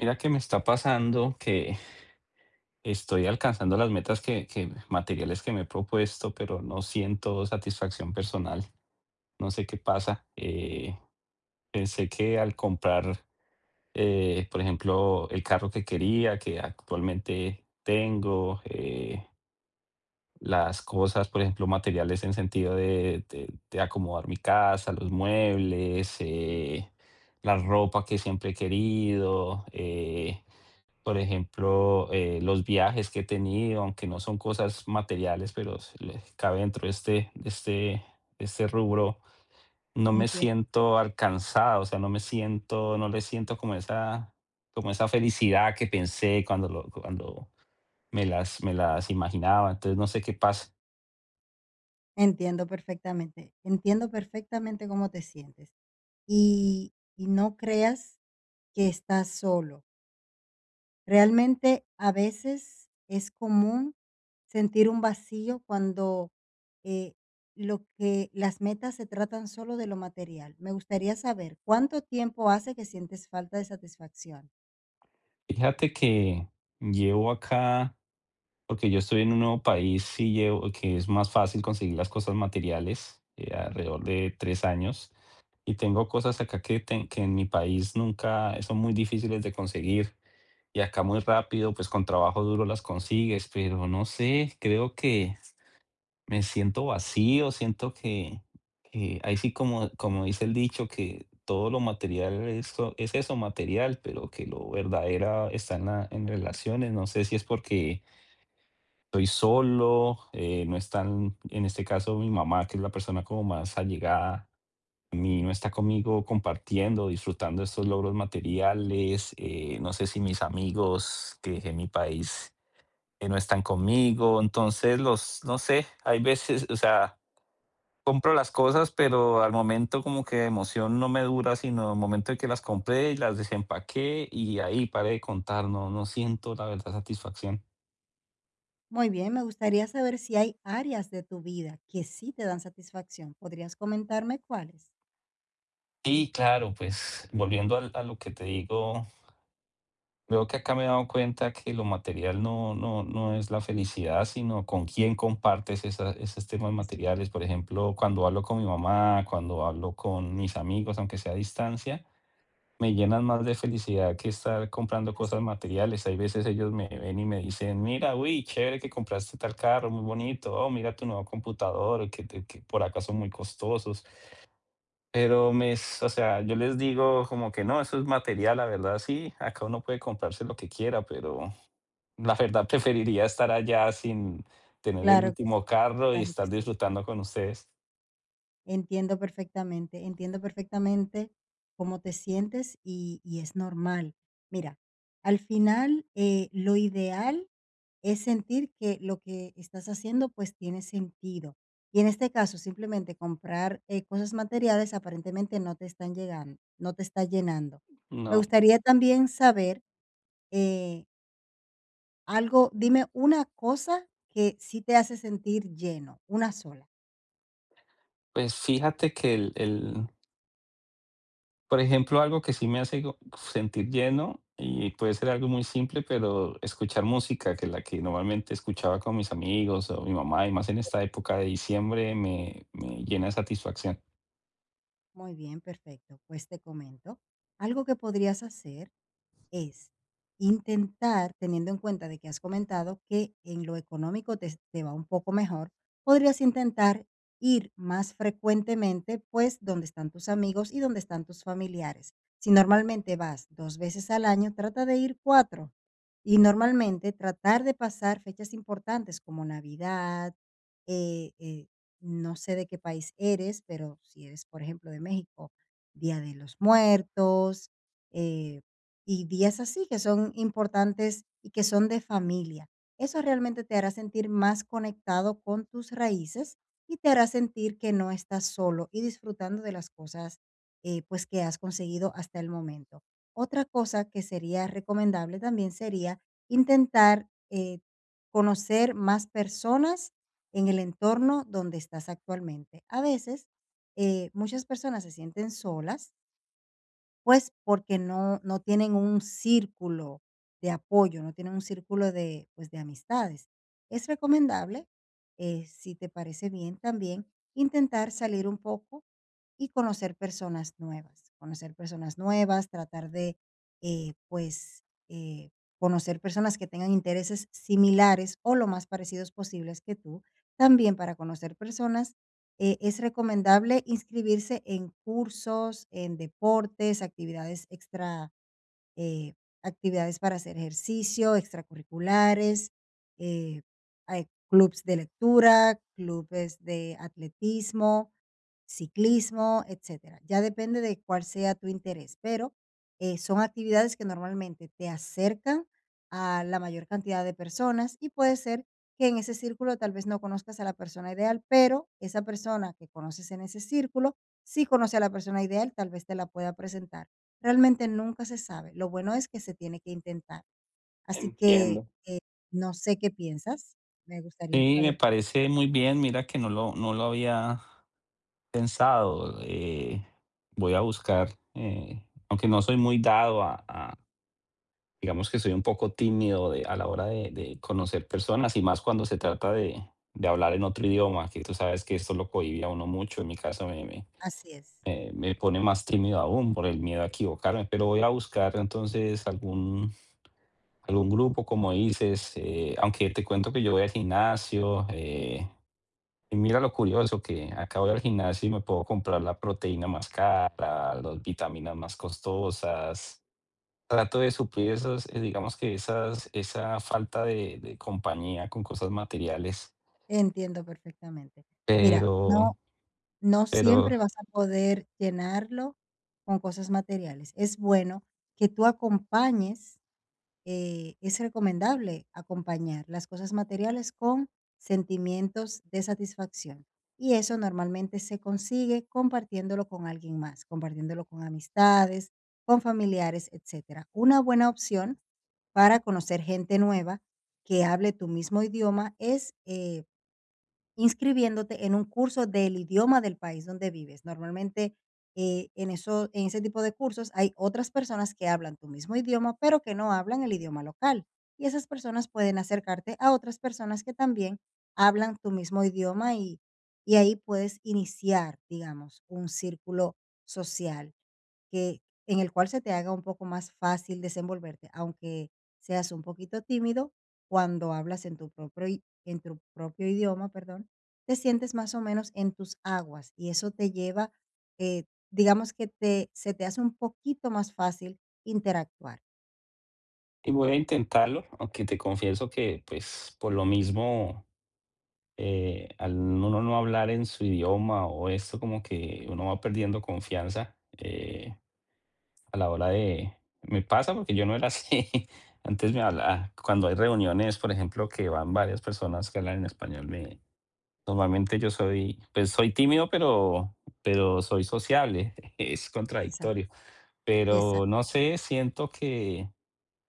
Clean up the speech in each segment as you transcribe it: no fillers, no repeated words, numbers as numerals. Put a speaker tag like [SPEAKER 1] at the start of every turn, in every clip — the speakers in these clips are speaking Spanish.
[SPEAKER 1] Mira que me está pasando que estoy alcanzando las metas que materiales que me he propuesto, pero no siento satisfacción personal. No sé qué pasa. Pensé que al comprar, por ejemplo, el carro que quería, que actualmente tengo, las cosas, por ejemplo, materiales en sentido de acomodar mi casa, los muebles, la ropa que siempre he querido. Por ejemplo, los viajes que he tenido, aunque no son cosas materiales, pero se le cabe dentro de este, de este rubro, no me
[SPEAKER 2] entiendo
[SPEAKER 1] siento alcanzado, o sea, no me siento, no le siento como esa felicidad que pensé cuando me las imaginaba. Entonces, no sé qué pasa.
[SPEAKER 2] entiendo perfectamente, entiendo perfectamente cómo te sientes. Y no creas que estás solo. Realmente, a veces es común sentir un vacío cuando, eh, lo que las metas se tratan solo de lo material. Me gustaría saber, ¿cuánto tiempo hace que sientes falta de satisfacción?
[SPEAKER 1] Fíjate que llevo acá, porque yo estoy en un nuevo país y llevo, que es más fácil conseguir las cosas materiales, alrededor de 3 años. Y tengo cosas acá que en mi país nunca son muy difíciles de conseguir y acá muy rápido, pues con trabajo duro las consigues, pero no sé, creo que me siento vacío, siento que ahí sí como, como dice el dicho, que todo lo material es eso material, pero que lo verdadero está en relaciones. No sé si es porque estoy solo, no están, en este caso mi mamá, que es la persona como más allegada mi no está conmigo compartiendo, disfrutando estos logros materiales, no sé si mis amigos que dejé en mi país no están conmigo, entonces los, no sé, hay veces, o sea, compro las cosas, pero al momento como que emoción no me dura, sino el momento en que las compré y las desempaqué y ahí paré de contar, no, no siento la verdad satisfacción.
[SPEAKER 2] Muy bien, me gustaría saber si hay áreas de tu vida que sí te dan satisfacción, ¿podrías comentarme cuáles?
[SPEAKER 1] Y claro, pues volviendo a lo que te digo, veo que acá me he dado cuenta que lo material no, no, no es la felicidad, sino con quién compartes esos temas
[SPEAKER 2] Así es,
[SPEAKER 1] materiales. Por ejemplo, cuando hablo con mi mamá, cuando hablo con mis amigos, aunque sea a distancia, me llenan más de felicidad que estar comprando cosas
[SPEAKER 2] así es.
[SPEAKER 1] materiales. Hay veces ellos me ven y me dicen, mira, uy, chévere que compraste tal carro, muy bonito, oh, mira tu nuevo computador, que por acá son muy costosos. Pero o sea, yo les digo como que no, eso es material, la verdad, sí, acá uno puede comprarse lo que quiera, pero la verdad, preferiría estar allá sin tener el
[SPEAKER 2] Claro que sí,
[SPEAKER 1] último carro y
[SPEAKER 2] claro que
[SPEAKER 1] estar
[SPEAKER 2] sí.
[SPEAKER 1] disfrutando con ustedes.
[SPEAKER 2] Entiendo perfectamente cómo te sientes y es normal. Mira, al final lo ideal es sentir que lo que estás haciendo pues tiene sentido. Y en este caso, simplemente comprar cosas materiales aparentemente no te están llegando, no te está llenando. Me
[SPEAKER 1] No,
[SPEAKER 2] gustaría también saber eh, algo, dime una cosa que sí te hace sentir lleno, una sola.
[SPEAKER 1] pues fíjate que el por ejemplo, algo que sí me hace go sentir lleno, y puede ser algo muy simple, pero escuchar música, que la que normalmente escuchaba con mis amigos o mi mamá, y más en
[SPEAKER 2] Bien,
[SPEAKER 1] esta época de diciembre, me llena de satisfacción.
[SPEAKER 2] muy bien, perfecto. Pues te comento, algo que podrías hacer, es intentar, teniendo en cuenta de que has comentado que en lo económico te va un poco mejor, podrías intentar ir más frecuentemente, pues, donde están tus amigos y donde están tus familiares. Si normalmente vas 2 veces al año, trata de ir cuatro. Y normalmente tratar de pasar fechas importantes como Navidad, eh eh, no sé de qué país eres, pero si eres, por ejemplo, de México, Día de los Muertos, eh y días así que son importantes y que son de familia. Eso realmente te hará sentir más conectado con tus raíces y te hará sentir que no estás solo y disfrutando de las cosas, pues, que has conseguido hasta el momento. Otra cosa que sería recomendable también sería intentar, conocer más personas en el entorno donde estás actualmente. A veces, muchas personas se sienten solas pues, porque no tienen un círculo de apoyo, no tienen un círculo de, pues, de amistades. Es recomendable, si te parece bien también, intentar salir un poco y conocer personas nuevas, tratar de, pues, eh, conocer personas que tengan intereses similares o lo más parecidos posibles que tú, también para conocer personas es recomendable inscribirse en cursos, en deportes, actividades extra eh, actividades para hacer ejercicio, extracurriculares, eh, hay clubs de lectura, clubes de atletismo, ciclismo, etcétera. Ya depende de cuál sea tu interés, pero son actividades que normalmente te acercan a la mayor cantidad de personas y puede ser que en ese círculo tal vez no conozcas a la persona ideal, pero esa persona que conoces en ese círculo, si conoce a la persona ideal, tal vez te la pueda presentar. Realmente nunca se sabe. Lo bueno es que se tiene que intentar. Así que,
[SPEAKER 1] Entiendo.
[SPEAKER 2] eh, no sé qué piensas. Me gustaría
[SPEAKER 1] Sí, me
[SPEAKER 2] saber qué piensas al
[SPEAKER 1] parece muy
[SPEAKER 2] respecto.
[SPEAKER 1] bien. Mira que no lo había pensado, voy a buscar, aunque no soy muy dado a. Digamos que soy un poco tímido a la hora de conocer personas y más cuando se trata de hablar en otro idioma, que tú sabes que esto lo cohibía a uno mucho, en mi caso
[SPEAKER 2] Así es,
[SPEAKER 1] me pone más tímido aún por el miedo a equivocarme, pero voy a buscar entonces algún, algún grupo, como dices, aunque te cuento que yo voy al gimnasio, y mira lo curioso que acá voy al gimnasio y me puedo comprar la proteína más cara, las vitaminas más costosas. Trato de suplir esas, digamos que esas, esa falta de compañía con cosas materiales,
[SPEAKER 2] entiendo perfectamente. Mira, no
[SPEAKER 1] pero,
[SPEAKER 2] no
[SPEAKER 1] pero,
[SPEAKER 2] siempre vas a poder llenarlo con cosas materiales. Es bueno que tú acompañes es recomendable acompañar las cosas materiales con sentimientos de satisfacción. Y eso normalmente se consigue compartiéndolo con alguien más, compartiéndolo con amistades, con familiares, etcétera. Una buena opción para conocer gente nueva que hable tu mismo idioma es inscribiéndote en un curso del idioma del país donde vives. Normalmente, en eso en ese tipo de cursos hay otras personas que hablan tu mismo idioma, pero que no hablan el idioma local. Y esas personas pueden acercarte a otras personas que también hablan tu mismo idioma y ahí puedes iniciar, digamos, un círculo social que en el cual se te haga un poco más fácil desenvolverte, aunque seas un poquito tímido, cuando hablas en tu propio i en tu propio idioma, perdón, te sientes más o menos en tus aguas, y eso te lleva, eh, digamos que te se te hace un poquito más fácil interactuar.
[SPEAKER 1] y voy a intentarlo, aunque te confieso que, pues, por lo mismo, al uno no hablar en su idioma o esto, como que uno va perdiendo confianza. A la hora de me pasa porque yo no era así. Antes me habla cuando hay reuniones, por ejemplo, que van varias personas que hablan en español, me normalmente yo soy, pues, soy tímido, pero soy sociable, es
[SPEAKER 2] Exacto,
[SPEAKER 1] contradictorio. Pero
[SPEAKER 2] exacto,
[SPEAKER 1] no sé, siento que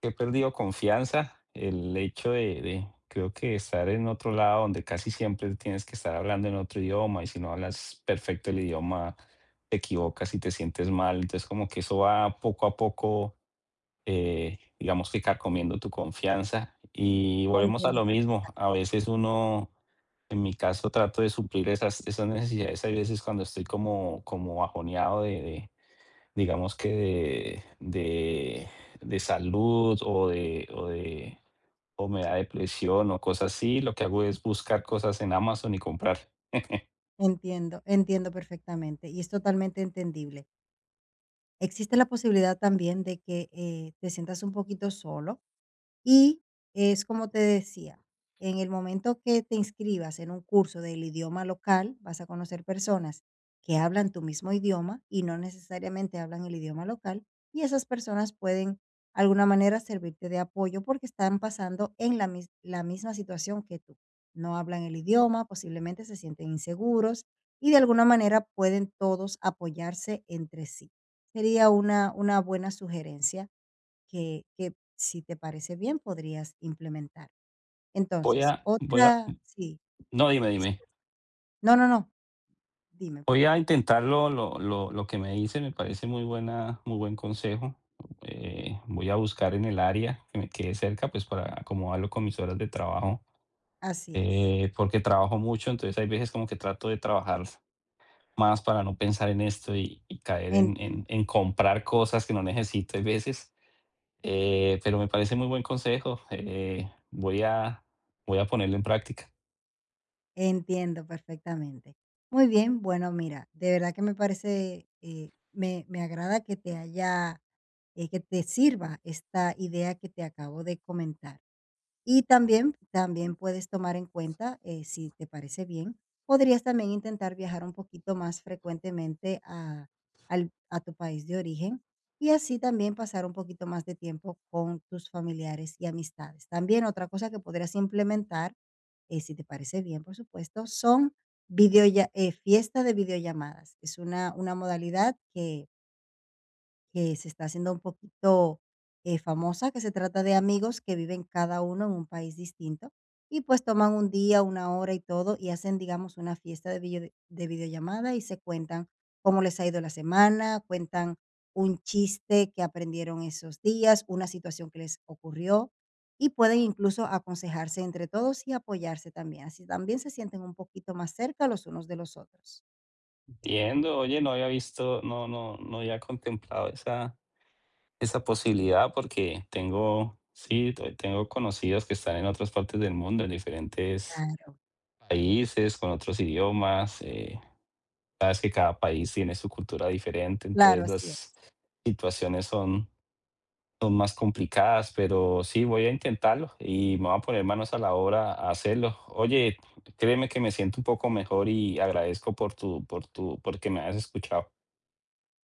[SPEAKER 1] que he perdido confianza. El hecho creo que estar en otro lado donde casi siempre tienes que estar hablando en otro idioma y si no hablas perfecto el idioma, te equivocas y te sientes mal. Entonces como que eso va poco a poco, digamos que carcomiendo tu confianza. Y volvemos a
[SPEAKER 2] entiendo
[SPEAKER 1] lo mismo. A
[SPEAKER 2] perfectamente.
[SPEAKER 1] veces uno, en mi caso, trato de suplir esas, esas necesidades. Hay veces cuando estoy como, como bajoneado de digamos de salud o de, o de, o me da depresión o cosas así, lo que hago es buscar cosas en Amazon y comprar.
[SPEAKER 2] Entiendo, entiendo perfectamente, y es totalmente entendible. Existe la posibilidad también de que te sientas un poquito solo. Y es como te decía, en el momento que te inscribas en un curso del idioma local, vas a conocer personas que hablan tu mismo idioma y no necesariamente hablan el idioma local, y esas personas pueden, de alguna manera, servirte de apoyo porque están pasando en la misma situación que tú. No hablan el idioma, posiblemente se sienten inseguros y de alguna manera pueden todos apoyarse entre sí. Sería una buena sugerencia que si te parece bien, podrías implementar.
[SPEAKER 1] Voy
[SPEAKER 2] Entonces,
[SPEAKER 1] a, voy a,
[SPEAKER 2] otra sí,
[SPEAKER 1] no, dime, dime.
[SPEAKER 2] discul no, no, no, dime, por
[SPEAKER 1] Voy a
[SPEAKER 2] favor.
[SPEAKER 1] intentarlo, lo que me dice me parece muy buena, muy buen consejo. Voy a buscar en el área que me quede cerca, pues para acomodarlo con mis horas de trabajo,
[SPEAKER 2] Así es,
[SPEAKER 1] porque trabajo mucho, entonces hay veces como que trato de trabajar más para no pensar en esto y caer en
[SPEAKER 2] entiendo,
[SPEAKER 1] en en comprar cosas que no necesito hay veces, pero me parece muy buen consejo, voy a ponerlo en práctica.
[SPEAKER 2] entiendo perfectamente. Muy bien, bueno, mira, de verdad que me parece, me agrada que te haya que te sirva esta idea que te acabo de comentar. Y también también puedes tomar en cuenta, si te parece bien, podrías también intentar viajar un poquito más frecuentemente a al a tu país de origen, y así también pasar un poquito más de tiempo con tus familiares y amistades. También otra cosa que podrías implementar, si te parece bien, por supuesto, son video fiesta de videollamadas. Es una modalidad que se está haciendo un poquito, famosa, que se trata de amigos que viven cada uno en un país distinto y, pues, toman un día, una hora y todo, y hacen, digamos, una fiesta de video de videollamada y se cuentan cómo les ha ido la semana, cuentan un chiste que aprendieron esos días, una situación que les ocurrió, y pueden incluso aconsejarse entre todos y apoyarse también. Así también se sienten un poquito más cerca los unos de los otros.
[SPEAKER 1] Entiendo, oye, no había visto, no había contemplado esa esa posibilidad porque tengo, sí, te tengo conocidos que están en otras partes del mundo, en diferentes
[SPEAKER 2] Claro,
[SPEAKER 1] países, con otros idiomas, sabes que cada país tiene su cultura diferente,
[SPEAKER 2] claro,
[SPEAKER 1] entonces
[SPEAKER 2] así
[SPEAKER 1] las
[SPEAKER 2] es.
[SPEAKER 1] situaciones son son más complicadas, pero sí, voy a intentarlo y me voy a poner manos a la obra a hacerlo. Oye, créeme que me siento un poco mejor y agradezco por tu, porque me has escuchado.